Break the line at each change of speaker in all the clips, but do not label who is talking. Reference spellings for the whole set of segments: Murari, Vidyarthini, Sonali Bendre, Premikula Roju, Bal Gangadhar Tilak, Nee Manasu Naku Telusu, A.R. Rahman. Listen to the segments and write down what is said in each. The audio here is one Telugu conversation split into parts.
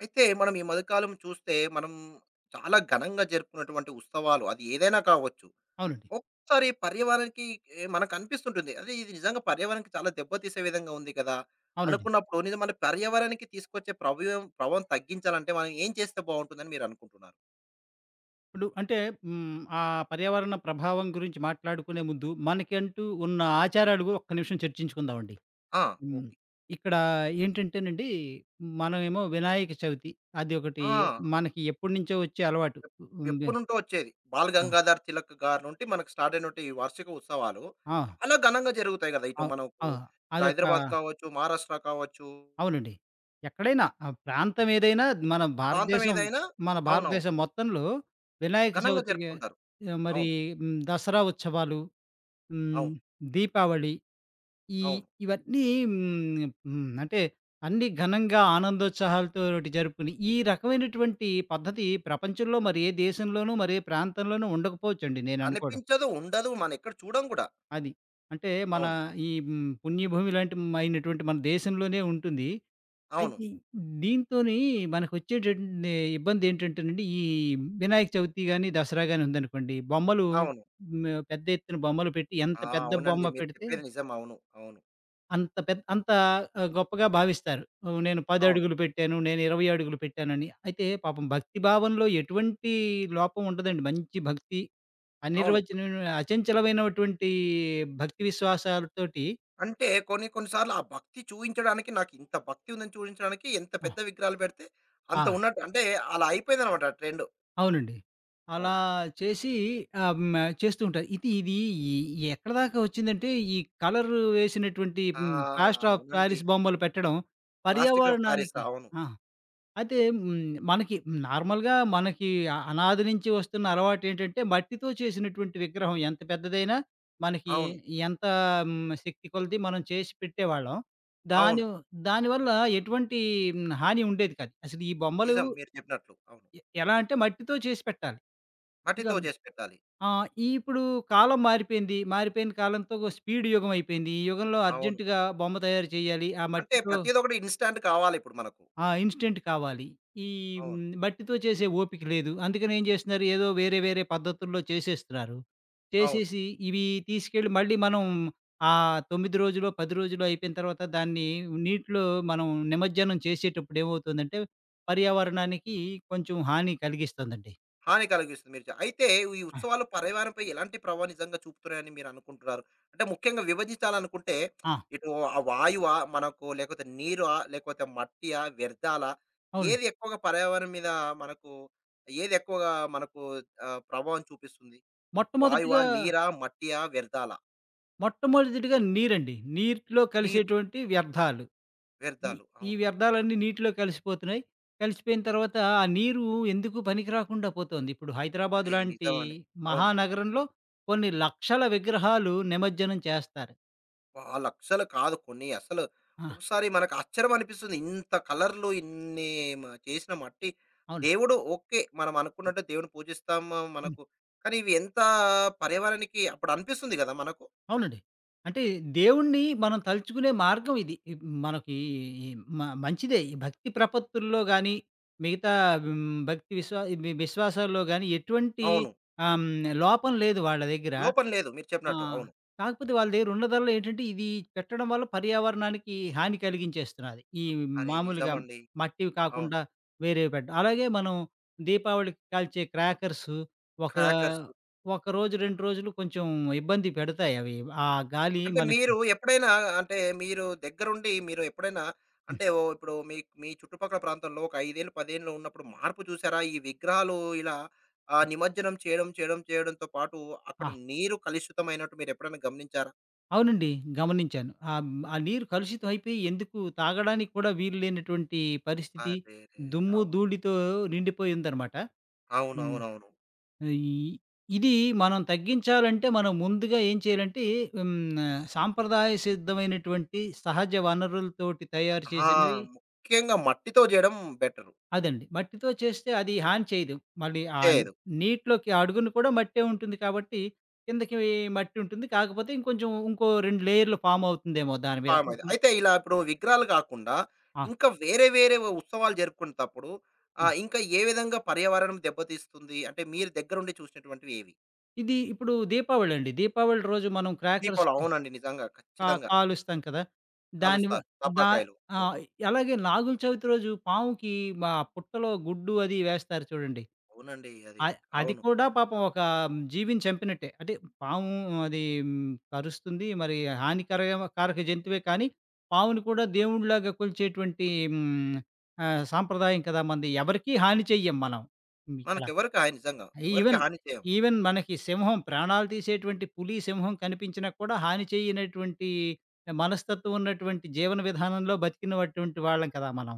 అయితే మనం ఈ మధ్యకాలం చూస్తే మనం చాలా ఘనంగా జరుపుకున్నటువంటి ఉత్సవాలు అది ఏదైనా కావచ్చు.
అవునండి.
ఒక్కొక్కసారి పర్యావరణానికి మనకు అనిపిస్తుంటుంది. అరే! ఇది నిజంగా పర్యావరణానికి చాలా దెబ్బతీసే విధంగా ఉంది కదా!
అవునండి.
అనుకున్నప్పుడు మన పర్యావరణానికి తీసుకొచ్చే ప్రభావం ప్రభావం తగ్గించాలంటే మనం ఏం చేస్తే బావుంటుందని మీరు అనుకుంటున్నారు?
ఇప్పుడు అంటే హ్మ్. ఆ పర్యావరణ ప్రభావం గురించి మాట్లాడుకునే ముందు మనకంటూ ఉన్న ఆచారాలు గూడా ఒక్క నిమిషం చర్చించుకుందామండి.
ఆ!
హ్మ్.
ఓకే.
ఇక్కడ ఏంటంటేనండి, మనమేమో వినాయక చవితి అది ఒకటి
ఆ!
మనకి ఎప్పటినుంచో వచ్చే అలవాటు. ఉంది.
ఎప్పటినుంటో వచ్చేది. 'బాల్
ఆ!
గంగాధర్ తిలక్' గారి నుండి మనకు స్టార్ట్ అయినటువంటి ఈ వార్షిక ఉత్సవాలు
ఆ!
చాలా ఘనంగా జరుగుతాయి కదా! ఇటు
అవ్
మనకు
ఆ!
ఇటు
అదొక
హైదరాబాద్ కావచ్చు, మహారాష్ట్ర కావచ్చు.
అవునండి. ఎక్కడైనా ఆ ప్రాంతం ఏదైనా మన
ప్రాంతం
భారతదేశం
ఏదైనా
మన
అవునవును.
భారతదేశం మొత్తంలో వినాయక
ఘనంగా
చవితికి,
జరుపుకుంటారు.
మరి
అవును.
దసరా ఉత్సవాలు, హ్మ్.
అవును.
దీపావళి. ఈ
అవును.
ఇవన్నీ హ్మ్. హ్మ్. అంటే అన్నీ ఘనంగా ఆనందోత్సాహాలతోటి జరుపుకుని, ఈ రకమైనటువంటి పద్ధతి ప్రపంచంలో మరి ఏ దేశంలోనూ, మరి ఏ ప్రాంతంలోనూ ఉండకపోవచ్చండి నేననుకోవడం.
కనిపించదు, ఉండదు. మనం ఎక్కడ చూడం గూడా.
అది. అంటే మన
అవును.
ఈ హ్మ్. పుణ్యభూమి లాంటి మైనటువంటి మన దేశంలోనే ఉంటుంది.
అవును.
అయితే దీంతోని మనకొచ్చేటటువంటి ఇబ్బందేంటంటేనండి, ఈ వినాయక చవితి గాని, దసరా గాని ఉందనుకోండి, బొమ్మలు,
అవును.
పెద్ద ఎత్తున బొమ్మలు పెట్టి, ఎంత
ఆ!
పెద్ద
అవునండి.
బొమ్మ
మీరు
పెడితే
చెప్పేది నిజం. అవును. అవును.
అంత పెద్ద, అంత గొప్పగా భావిస్తారు. నేను 10
అవును.
అడుగులు పెట్టాను, నేను 20 అడుగులు పెట్టానని. అయితే పాపం భక్తి భావంలో ఎటువంటి లోపం ఉండదండి. మంచి భక్తి,
అవును.
అనిర్వచనీయమైన అచంచలమైనటువంటి భక్తి విశ్వాసాలతోటి.
అంటే కొన్ని కొన్ని సార్లు ఆ భక్తి చూయించడానికి నాకు ఇంత భక్తి ఉందని చూయించడానికి ఎంత
ఆ!
పెద్ద విగ్రహాలు పెడితే
ఆ!
అంత ఉన్నట్టు అంటే అలా అయిపోయిందనమాట ఆ ట్రెండ్.
అవునండి. అలా
అవును.
చేసి, ఆహ్, హ్మ్. చేస్తూ ఉంటారు. ఇది ఇది ఈ ఎక్కడి దాకా వచ్చిందంటే, కలర్ వేసినటువంటి
ఆ!
ప్లాస్టర్ ఆఫ్
అవునండి.
పారిస్ బొమ్మలు పెట్టడం
ప్లాస్టిక్ ఆఫ్ పారిస్.
పర్యావరణానికి.
అవును.
ఆ! అయితే మనకి నార్మల్‌గా మనకి అనాది నుంచి వస్తున్న అలవాటేంటంటే, మట్టితో చేసినటువంటి విగ్రహం ఎంత పెద్దదైనా, మనకి
అవును.
ఎంత శక్తి కొలది మనం చేసి పెట్టేవాళ్ళం.
అవును.
దాని దానివల్ల ఎటువంటి హాని ఉండేది కాదు. అసలు ఈ బొమ్మలు
నిజం మీరు చెప్పినట్లు. అవును.
ఎలా అంటే మట్టితో చేసి పెట్టాలి. ఇంకా
మట్టితో చేసి పెట్టాలి.
ఆ! ఈ ఇప్పుడు కాలం మారిపోయింది. మారిపోయిన కాలంతో స్పీడ్ యుగం అయిపోయింది. ఈ యుగంలో
అవును.
అర్జెంట్‌గా బొమ్మ తయారు చేయాలి. ఆ
అంటే
మట్టితో
ప్రతిది ఒకటి ఇన్‌స్టాంట్ కావాలి ఇప్పుడు మనకు.
ఆ! ఇన్‌స్టంట్ కావాలి. ఈ
అవును.
మట్టితో చేసే ఓపిక లేదు. అందుకని ఏం చేస్తున్నారు, ఏదో వేరే వేరే పద్ధతుల్లో చేసేస్తున్నారు.
అవును.
చేసేసి ఇవి తీసుకెళ్ళి, మళ్ళీ మనం ఆ 9 రోజులో, 10 రోజులో అయిపోయిన తర్వాత దాన్ని నీటిలో మనం నిమజ్జనం చేసేటప్పుడు ఏమవుతుందంటే పర్యావరణానికి కొంచెం హాని కలిగిస్తుందండి.
హాని కలిగిస్తుంది మీరు అయితే ఈ
ఆ!
ఉత్సవాలు పర్యావరణంపై ఎలాంటి ప్రభావం నిజంగా చూపుతున్నాయని మీరు అనుకుంటున్నారు? అంటే ముఖ్యంగా విభజించాలనుకుంటే
ఆ!
ఇటు ఆ వాయువా? మనకు లేకపోతే నీరా? లేకపోతే మట్టియా? వ్యర్థాలా?
అవునండి.
ఏది ఎక్కువగా పర్యావరణం మీద మనకు ఏది ఎక్కువగా మనకు ఆహ్, ప్రభావం చూపిస్తుంది? వాయువా?
మొట్టమొదటిగా
నీరా? మట్టియా? వ్యర్థాలా?
మొట్టమొదటిగా నీరండి. నీటిలో
నీరు.
కలిసేటువంటి వ్యర్థాలు. ఈ
వ్యర్థాలు.
ఈ
అవును.
వ్యర్థాలన్నీ నీటిలో కలిసిపోతున్నాయి. కలిసిపోయిన తర్వాత ఆ నీరు ఎందుకు పనికి రాకుండా పోతోంది. ఇప్పుడు హైదరాబాద్
అది
లాంటి
నిజమండి. అవును.
మహానగరంలో కొన్ని లక్షల విగ్రహాలు నిమజ్జనం చేస్తారు.
ఆ లక్షలు కాదు కొన్ని అసలు
ఆ!
ఒకసారి మనకు ఆశ్చర్యం అనిపిస్తుంది. ఇంత కలర్‌లు ఇన్ని చేసిన మట్టి
అవును.
దేవుడు ఓకే. మనం
హ్మ్.
అనుకున్నట్టు దేవుడిని పూజిస్తాము
హ్మ్.
మనకు. కానీ ఇవి ఎంత పర్యావరణానికి అప్పుడు అనిపిస్తుంది గదా! మనకు.
అవునండి. అంటే దేవుణ్ణి మనం తలుచుకునే మార్గం ఇది. ఇ మనకి ఈ మ మంచిదే. ఈ భక్తి ప్రపత్తుల్లో గాని, మిగతా భక్తి విశ్వాసాల్లో గాని ఎటువంటి
అవును.
ఆహ్, హ్మ్, లోపం లేదు వాళ్ళ దగ్గర.
లోపం లేదు మీరు
ఆ!
చెప్పినట్టు. అవును.
కాకపోతే వాళ్ళ దగ్గరున్న ధరలో ఏంటంటే, ఇది పెట్టడం వల్ల పర్యావరణానికి హాని కలిగించేస్తున్నది.
అరే!
మామూలుగా
నిజమండి.
మట్టివి
అవును.
కాకుండా వేరేవి పెట్టడం. అలాగే మనం దీపావళికి కాల్చే క్రాకర్సు ఒక
క్రాకర్స్.
ఒక రోజు, 2 రోజులు కొంచెం ఇబ్బంది పెడతాయి అవి. ఆ గాలి
అంటే
మనకి
మీరు ఎప్పుడైనా అంటే మీరు దగ్గరుండి మీరు ఎప్పుడైనా
హ్మ్.
అంటే ఓ ఇప్పుడు మీ మీ చుట్టుపక్కల ప్రాంతంలో ఒక 5 ఏళ్ళు, 10 ఏళ్ళు ఉన్నప్పుడు మార్పు చూసారా? ఈ విగ్రహాలు ఇలా ఆహ్, నిమజ్జనం చేయడం, చేయడం, చేయడంతో పాటు అక్కడ
ఆ!
నీరు కలుషితమైనట్టు మీరెప్పుడైనా గమనించారా?
అవునండి. గమనించాను. ఆ నీరు కలుషితం అయిపోయి ఎందుకు తాగడానికి కూడా వీలు లేనటువంటి పరిస్థితి,
అరెరెరే!
దుమ్ము,
అవును.
ధూళితో నిండిపోయి ఉందనమాట. హ్మ్.
అవునవునవును.
ఈ ఇది మనం తగ్గించాలంటే మనం ముందుగా ఏం చేయాలంటే, హ్మ్, సాంప్రదాయ సిద్ధమైనటువంటి సహజ వనరులతోటి తయారు
ఆ!
చేసినవి.
ముఖ్యంగా మట్టితో జేయడం బెటరు.
అదండి. మట్టితో చేస్తే అది హాని చేయదు. మళ్ళీ ఆ
చేయదు.
నీటిలోకి అడుగున కూడా మట్టే ఉంటుంది కాబట్టి కిందకి మట్టి ఉంటుంది. కాకపోతే ఇంకొంచెం ఇంకో 2 లేయర్‌లు ఫార్మ్ అవుతుందేమో దాని మీద.
పామది.
హ్మ్.
అయితే ఇలా ఇప్పుడు విగ్రహాలు కాకుండా,
ఆ!
ఇంకా వేరే వేరే ఉత్సవాలు జరుపుకునేటప్పుడు
హ్మ్.
ఆహ్, ఇంకా ఏ విధంగా పర్యావరణం దెబ్బతీస్తుంది? అంటే మీరు దగ్గరుండి చూసినటువంటివి ఏవి?
ఇది ఇప్పుడు దీపావళి అండి. దీపావళి రోజు మనం క్రాకర్స్
దీపావళి అవునండి. నిజంగా ఖచ్చితంగా
కాలుస్తాం కదా! దాని వ
కాలుస్తారు.
దా
టపాకాయలు.
ఆ!
అవును.
అలాగే నాగుల చవితి రోజు పాముకి, పుట్టలో గుడ్డు అది వేస్తారు చూడండి.
అవునండి. అది.
అ అది
అవును.
కూడా పాపం ఒక జీవిని చంపినట్టే. అంటే పాము అది కరుస్తుంది. మరి కారక జంతువే కానీ, పాముని కూడా దేవుడిలాగా కొలిచేటువంటి హ్మ్, సాంప్రదాయం కదా! మనది. ఎవరికీ హాని చెయ్యం మనం. ఇక్కడ
మనకెవరికి హాని నిజంగా. ఎవరికీ
ఈవెన్,
హాని చేయం.
మనకి సింహం ప్రాణాలు తీసేటువంటి పులి, సింహం కనిపించినా కూడా హాని చేయనటువంటి మనస్తత్వం ఉన్నటువంటి జీవన విధానంలో బతికినటువంటి వాళ్ళం కదా మనం.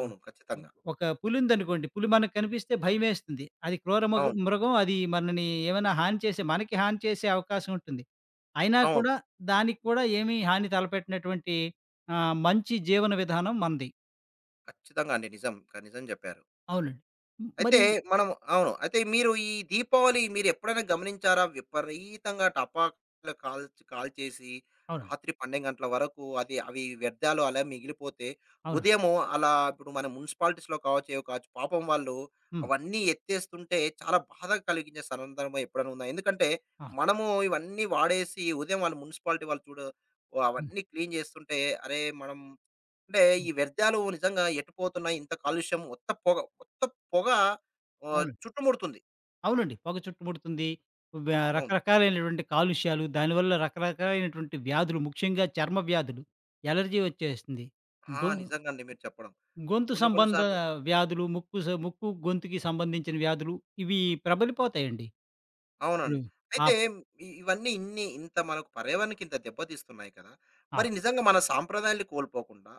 హ్మ్. ఈ
ఖచ్చితంగా.
ఒక పులి ఉందనుకోండి, పులి మనకు కనిపిస్తే భయమేస్తుంది. అది క్రూర
అవును.
మృగం, అది మనని ఏమైనా హాని చేసే మనకి హాని చేసే అవకాశం ఉంటుంది. అయినా
అవును.
కూడా దానికి కూడా ఏమీ హాని తలపెట్టినటువంటి, మంచి జీవన విధానం మనది.
ఖచ్చితంగా అండి. నిజం. నిజం చెప్పారు.
అవునండి.
అయితే
మరి
మనం అవును. అయితే మీరు ఈ దీపావళి మీరెప్పుడైనా గమనించారా? విపరీతంగా టపాకులు కాల్చి కాల్చేసి
అవునండి.
రాత్రి 12 గంటల వరకు అది అవి వ్యర్థాలు అలా మిగిలిపోతే,
అవును.
ఉదయము అలా ఇప్పుడు మన మున్సిపాలిటీస్‌లో కావచ్చు, ఏవో కావచ్చు పాపం వాళ్ళు
హ్మ్.
అవన్నీ ఎత్తేస్తుంటే చాలా బాధ కలిగించే సందర్భం ఎప్పుడైనా ఉందా? ఎందుకంటే
ఆ!
మనము ఇవన్నీ వాడేసి ఉదయం వాళ్ళు మున్సిపాలిటీ వాళ్ళు చూడ
హ్మ్.
అవన్నీ క్లీన్ చేస్తుంటే అరే! మనం అంటే
హ్మ్.
ఈ వ్యర్థాలు నిజంగా ఎటు పోతున్నాయి? ఇంత కాలుష్యం ఉత్త పొగ, ఉత్త పొగ ఆహ్,
అవును.
చుట్టుముడుతుంది.
అవునండి. పొగ చుట్టుముడుతుంది. వ్య హ్మ్.
అవును.
రకరకాలైనటువంటి కాలుష్యాలు, దానివల్ల రకరకాలైనటువంటి వ్యాధులు, ముఖ్యంగా చర్మ వ్యాధులు, ఎలర్జీ వచ్చేస్తుంది.
ఆ!
గొ
నిజంగా అండి మీరు చెప్పడం.
గొంతు
కొన్ని కొన్ని సార్లు
వ్యాధులు, ముక్కు, గొంతుకి సంబంధించిన వ్యాధులు ఇవి ప్రబలిపోతాయండి. ఇప్పుడు
అవునండి.
ఆ!
అయితే ఇవన్నీ ఇన్ని ఇంత మనకు పర్యావరణానికి ఇంత దెబ్బతీస్తున్నాయి కదా!
ఆ!
మరి నిజంగా మన సాంప్రదాయాలు కోల్పోకుండా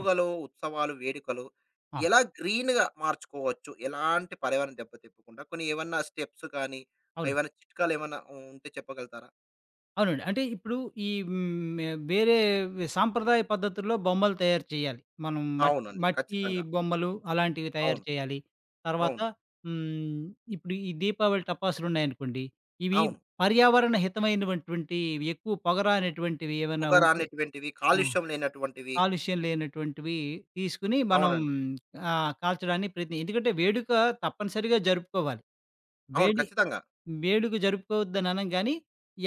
ఆ!
ఉత్సవాలు, వేడుకలు
ఆ!
ఎలా గ్రీన్‌గా మార్చుకోవచ్చు? ఎలాంటి పర్యావరణ దెబ్బతిప్పకుండా కొన్ని ఏమన్నా స్టెప్స్ కానీ,
అవునండి.
ఏవైనా చిట్కాలేమన్నా ఉంటే చెప్పగలుగుతారా?
అవునండి. అంటే ఇప్పుడు ఈ హ్మ్, వేరే సాంప్రదాయ పద్ధతుల్లో బొమ్మలు తయారు చేయాలి. మనం మట్టి
అవునండి.
మట్టి
ఖచ్చితంగా.
బొమ్మలు అలాంటివి తయారు
అవును.
చేయాలి. తర్వాత
అవును.
హ్మ్, ఇప్పుడు ఈ దీపావళి టపాసులున్నాయనుకోండి. ఇవి
అవును.
పర్యావరణ హితమైనటువంటి, ఎక్కువ పొగ రానటువంటివి ఏమైనా
పొగ
ఉంటే,
రానటువంటివి,
ఆ!
కాలుష్యం లేనటువంటివి.
కాలుష్యం లేనటువంటివి తీసుకొని మనం
అవునండి.
కాల్చడానికి ప్రయత్నం. ఎందుకంటే వేడుక తప్పనిసరిగా జరుపుకోవాలి.
అవును.
వేడి
ఖచ్చితంగా.
వేడుక జరుపుకోవద్దని అనం గానీ,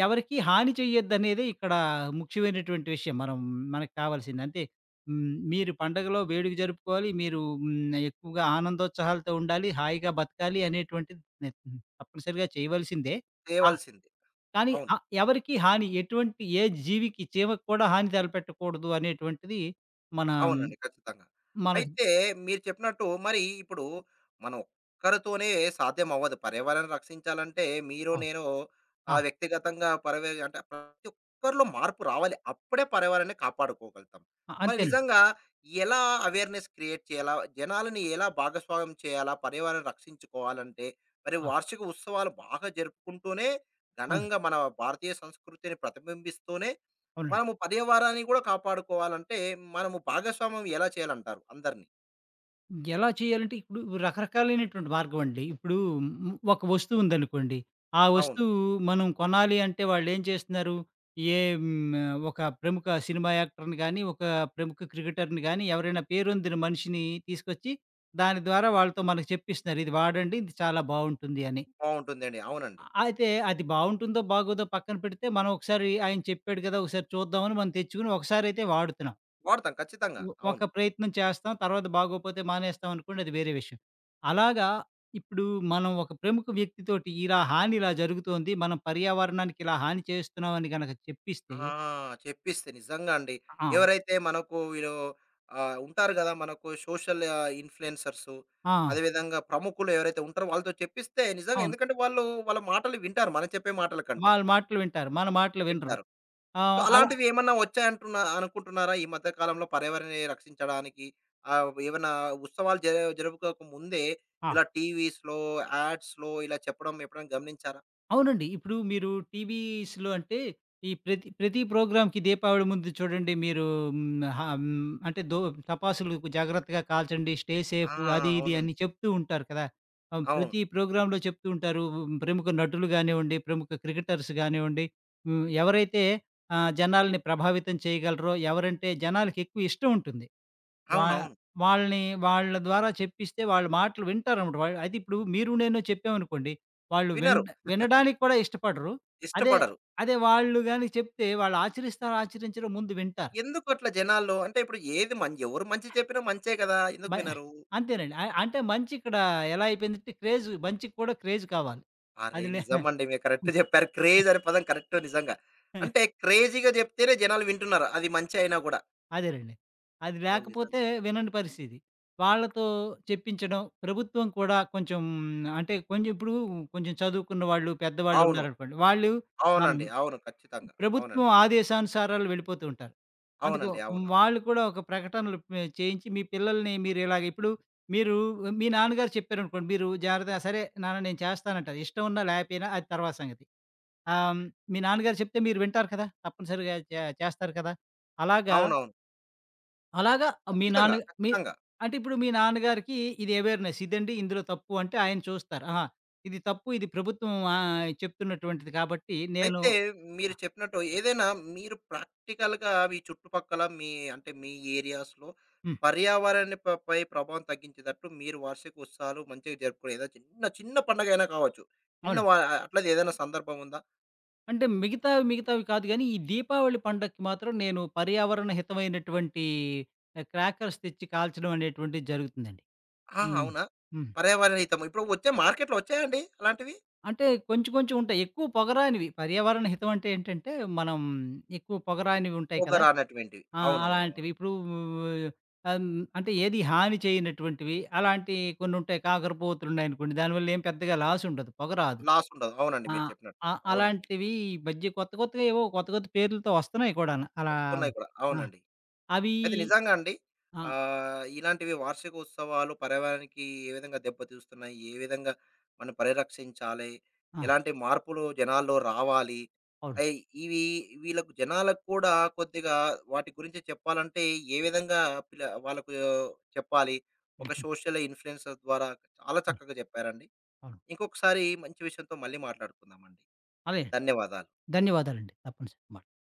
ఎవరికీ హాని చెయ్యొద్దనేదే ఇక్కడ ముఖ్యమైనటువంటి విషయం. మనకు కావాల్సింది. అంతే. మీరు పండగలో వేడుక జరుపుకోవాలి. మీరు ఎక్కువగా ఆనందోత్సాహాలతో ఉండాలి. హాయిగా బతకాలి అనేటువంటిది నె హ్మ్. తప్పనిసరిగా చేయవలసిందే. ఆ!
తేవాల్సింది.
కానీ
అవును.
ఆ ఎవరికీ హాని ఎటువంటి ఏ జీవికి, చీమకి కూడా హాని తలపెట్టకూడదు అనేటువంటిది మన,
అవునండి. ఖచ్చితంగా.
మన.
అయితే మీరు చెప్పినట్టు మరి ఇప్పుడు మనం ఒక్కరితోనే సాధ్యం అవ్వదు. పర్యావరణాన్ని రక్షించాలంటే మీరు,
ఆ!
నేను ఆహ్,
ఆ!
వ్యక్తిగతంగా అంటే ప్రతి ఒక్కరిలో మార్పు రావాలి. అప్పుడే పర్యావరణాన్ని కాపాడుకోగలుగుతాం. మరి
అంతేనండి.
నిజంగా ఎలా అవేర్‌నెస్ క్రియేట్ చేయాలా? జనాలని ఎలా భాగస్వామ్యం చేయాలా? పర్యావరణాన్ని రక్షించుకోవాలంటే మరి
ఆ!
వార్షిక ఉత్సవాలు బాగా జరుపుకుంటూనే
అవును.
ఘనంగా మన భారతీయ సంస్కృతిని ప్రతిబింబిస్తూనే
అవునండి.
మనము పర్యావరణాన్ని కూడా కాపాడుకోవాలంటే, మనము భాగస్వామ్యం ఎలా చేయాలంటారు అందరిని?
ఎలా చేయాలంటే ఇప్పుడు రకరకాలైనటువంటి మార్గం అండి. ఇప్పుడు ఒక వస్తువు ఉందనుకోండి. ఆ
అవును.
వస్తువు మనం కొనాలి అంటే వాళ్ళేం చేస్తున్నారు? ఏ హ్మ్, ఒక ప్రముఖ సినిమా యాక్టర్‌ని గాని, ఒక ప్రముఖ క్రికెటర్‌ని గాని ఎవరైనా పేరొందిన మనిషిని తీసుకొచ్చి దాని ద్వారా వాళ్ళతో మనకు చెప్పిస్తున్నారు. ఇది వాడండి, ఇది చాలా బావుంటుంది అని.
బావుంటుందండి. అవునండి.
అయితే అది బావుంటుందో, బాగోదో పక్కన పెడితే మనం ఒకసారి ఆయన చెప్పాడు కదా! ఒకసారి చూద్దామని మనం తెచ్చుకొని ఒకసారైతే వాడుతున్నాం.
వాడతాం ఖచ్చితంగా. అవును.
ఒక ప్రయత్నం చేస్తాం. తర్వాత బాగోపోతే మానేస్తాం అనుకోండి, అది వేరే విషయం. అలాగా ఇప్పుడు మనం ఒక ప్రముఖ వ్యక్తితోటి ఇలా ఇలా జరుగుతోంది. మనం పర్యావరణానికి ఇలా హాని చేస్తున్నామని గనక చెప్పిస్తే,
ఆ! చెప్పిస్తే నిజంగా అండి.
ఆ!
ఎవరైతే మనకు వీళ్ళు ఆహ్, ఉంటారు గదా! మనకు సోషల్ ఆహ్, ఇన్‌ఫ్లుయెన్సర్సు,
ఆ!
అదేవిధంగా ప్రముఖులు ఎవరైతే ఉంటారో వాళ్ళతో చెప్పిస్తే నిజంగా
అవును.
ఎందుకంటే వాళ్ళు వాళ్ళ మాటలు వింటారు. మనం చెప్పే మాటల కంటే.
వాళ్ళ మాటలు వింటారు. మన మాటలు వినరు.
వింటారు. సో
ఆహ్, అలా
అలాంటివి ఏమన్నా వచ్చాయంటున్నా అనుకుంటున్నారా? ఈ మధ్య కాలంలో పర్యావరణాన్ని రక్షించడానికి ఆహ్, ఏవన్నా ఉత్సవాలు జరుపుకోక ముందే
ఆ!
ఇలా టీవీస్‌లో, యాడ్స్‌లో ఇలా చెప్పడం ఎప్పుడైనా గమనించారా?
అవునండి. ఇప్పుడు మీరు టీవీస్‌లో అంటే ఈ ప్రతి, ప్రతి ప్రోగ్రామ్‌కి దీపావళి ముందు చూడండి మీరు, హ్మ్, హ హ్మ్, అంటే దో టపాసులు జాగ్రత్తగా కాల్చండి. స్టే
ఆ!
సేఫ్ అది ఇది అని
అవునండి.
చెప్తూ ఉంటారు కదా!
అవును.
ప్రతి ప్రోగ్రామ్‌లో చెప్తూ ఉంటారు. ప్రముఖ నటులు గానివ్వండి, ప్రముఖ క్రికెటర్స్ గానివ్వండి, ఎవరైతే జనాల్ని ప్రభావితం చేయగలరో, ఎవరంటే జనాలకి ఎక్కువ ఇష్టం ఉంటుంది. వా
అవునవును.
వాళ్ళని, వాళ్ళ ద్వారా చెప్పిస్తే వాళ్ళ మాటలు వింటారనమాట. వాళ్ళు. అయితే ఇప్పుడు మీరు నేను చెప్పామనుకోండి, వాళ్ళు విన్
వినరు.
వినడానికి కూడా ఇష్టపడరు. అదే,
ఇష్టపడరు.
అదే వాళ్ళు గాని చెప్తే వాళ్ళు ఆచరిస్తారో, ఆచరించరో ముందు వింటారు.
ఎందుకు అట్లా జనాల్లో అంటే ఇప్పుడు ఏది ఎవరు మంచి చెప్పినా మంచే కదా!
మ
ఎందుకు వినరు?
అంతేనండి. అంటే మంచి ఇక్కడ ఎలా అయిపోయిందంటే క్రేజ్, మంచికి కూడా క్రేజ్ కావాలి.
అరే!
అది లే
నిజమండి. మీరు కరెక్ట్ చెప్పారు. క్రేజ్ అనే పదం కరెక్ట్ నిజంగా. అంటే క్రేజీగా చెప్తేనే జనాలు వింటున్నారు. అది మంచే అయినా కూడా.
అదేనండి. అది
అవును నిజంగా.
లేకపోతే వినని పరిస్థితి. వాళ్ళతో చెప్పించడం, ప్రభుత్వం కూడా కొంచెం, అంటే కొంచెం ఇప్పుడు కొంచెం చదువుకున్న వాళ్ళు, పెద్దవాళ్ళు
అవును.
ఉన్నారనుకోండి, వాళ్ళు ఆహ్
అవునండి. అవును. ఖచ్చితంగా.
ప్రభుత్వం
అవునండి.
ఆదేశానుసారాలు వెళ్ళిపోతూ ఉంటారు. అందుకు
అవునండి. అవును.
వాళ్ళు కూడా ఒక ప్రకటనలు చేయించి మీ పిల్లల్ని మీరు ఇలాగ ఇప్పుడు మీరు మీ నాన్నగారు చెప్పారనుకోండి, మీరు జాగ్రత్తగా సరే నాన్న నేను చేస్తానంటారు. ఇష్టం ఉన్నా లేకపోయినా అది తర్వాత సంగతి. ఆహ్, హ్మ్, మీ నాన్నగారు చెప్తే మీరు వింటారు కదా! తప్పనిసరిగా చేస్తారు కదా! అలాగా,
అవునవును.
అలాగా మీ
ఖచ్చితంగా.
నాన్న మీ
ఖచ్చితంగా.
అంటే ఇప్పుడు మీ నాన్నగారికి ఇది అవేర్‌నెస్ ఇదండి, ఇందులో తప్పు అంటే ఆయన చూస్తారు. ఆహా! ఇది తప్పు, ఇది ప్రభుత్వం చెప్తున్నటువంటిది కాబట్టి నేను.
అయితే మీరు చెప్పినట్టు ఏదైనా మీరు ప్రాక్టికల్‌గా మీ చుట్టుపక్కల మీ అంటే మీ ఏరియాస్‌లో
హ్మ్.
పై ప్రభావం తగ్గించేటట్టు మీరు వార్షిక ఉత్సవాలు మంచిగా జరుపుకునే ఏదో చిన్న చిన్న పండగైనా కావచ్చు. చిన్న
అవునండి.
వా అట్లాది ఏదైనా సందర్భం ఉందా?
అంటే మిగతావి కాదు గానీ, ఈ దీపావళి పండక్కి మాత్రం నేను పర్యావరణ హితమైనటువంటి క్రాకర్స్ తెచ్చి కాల్చడం అనేటువంటిది జరుగుతుందండి.
ఆ!
హ్మ్.
అవునా?
హ్మ్.
పర్యావరణ హితం. ఇప్పుడు వచ్చే మార్కెట్‌లో వచ్చాయండి అలాంటివి?
అంటే కొంచెం ఉంటాయి. ఎక్కువ పొగరానివి, పర్యావరణ హితం అంటే ఏంటంటే, మనం ఎక్కువ పొగరానివి ఉంటాయి
పొగ
కదా!
రానటువంటివి. అవునవునవును.
అలాంటివి. ఇప్పుడు ఆహ్, హ్మ్, అంటే ఏది హాని చేయనటువంటివి అలాంటివి కొన్నుంటాయి. కాకరపోవతులున్నాయనుకోండి, దానివల్ల ఏం పెద్దగా లాసుండదు. పొగ రాదు.
లాస్ ఉండదు. అవునండి.
ఆ!
మీరు చెప్పినట్టు.
అ
అవునండి.
అలాంటివి ఈ మధ్య కొత్త కొత్తగా ఏవో కొత్త కొత్త పేర్లతో వస్తున్నాయి కూడాను. అలా
వస్తున్నాయి కూడా.
ఆ!
అవునండి.
అవి
అయితే నిజంగా అండి.
ఆ!
ఆహ్, ఇలాంటివి వార్షిక ఉత్సవాలు పర్యావరణానికి ఏ విధంగా దెబ్బతీస్తున్నాయి? ఏ విధంగా మనం పరిరక్షించాలి?
ఆ!
ఎలాంటి మార్పులు జనాల్లో రావాలి?
అవునండి.
అయి ఇవి వీళ్ళకు జనాలకు కూడా కొద్దిగా వాటి గురించి చెప్పాలంటే ఏ విధంగా పిల్ల వాళ్ళకు చెప్పాలి? ఒక
హ్మ్.
సోషల్ ఇన్‌ఫ్లూయెన్సర్ ద్వారా చాలా
హ్మ్.
చక్కగా చెప్పారండి.
అవును.
ఇంకొకసారి మంచి విషయంతో మళ్ళీ మాట్లాడుకుందామండి.
అదే
ధన్యవాదాలు.
ధన్యవాదాలండి. తప్పనిసరి.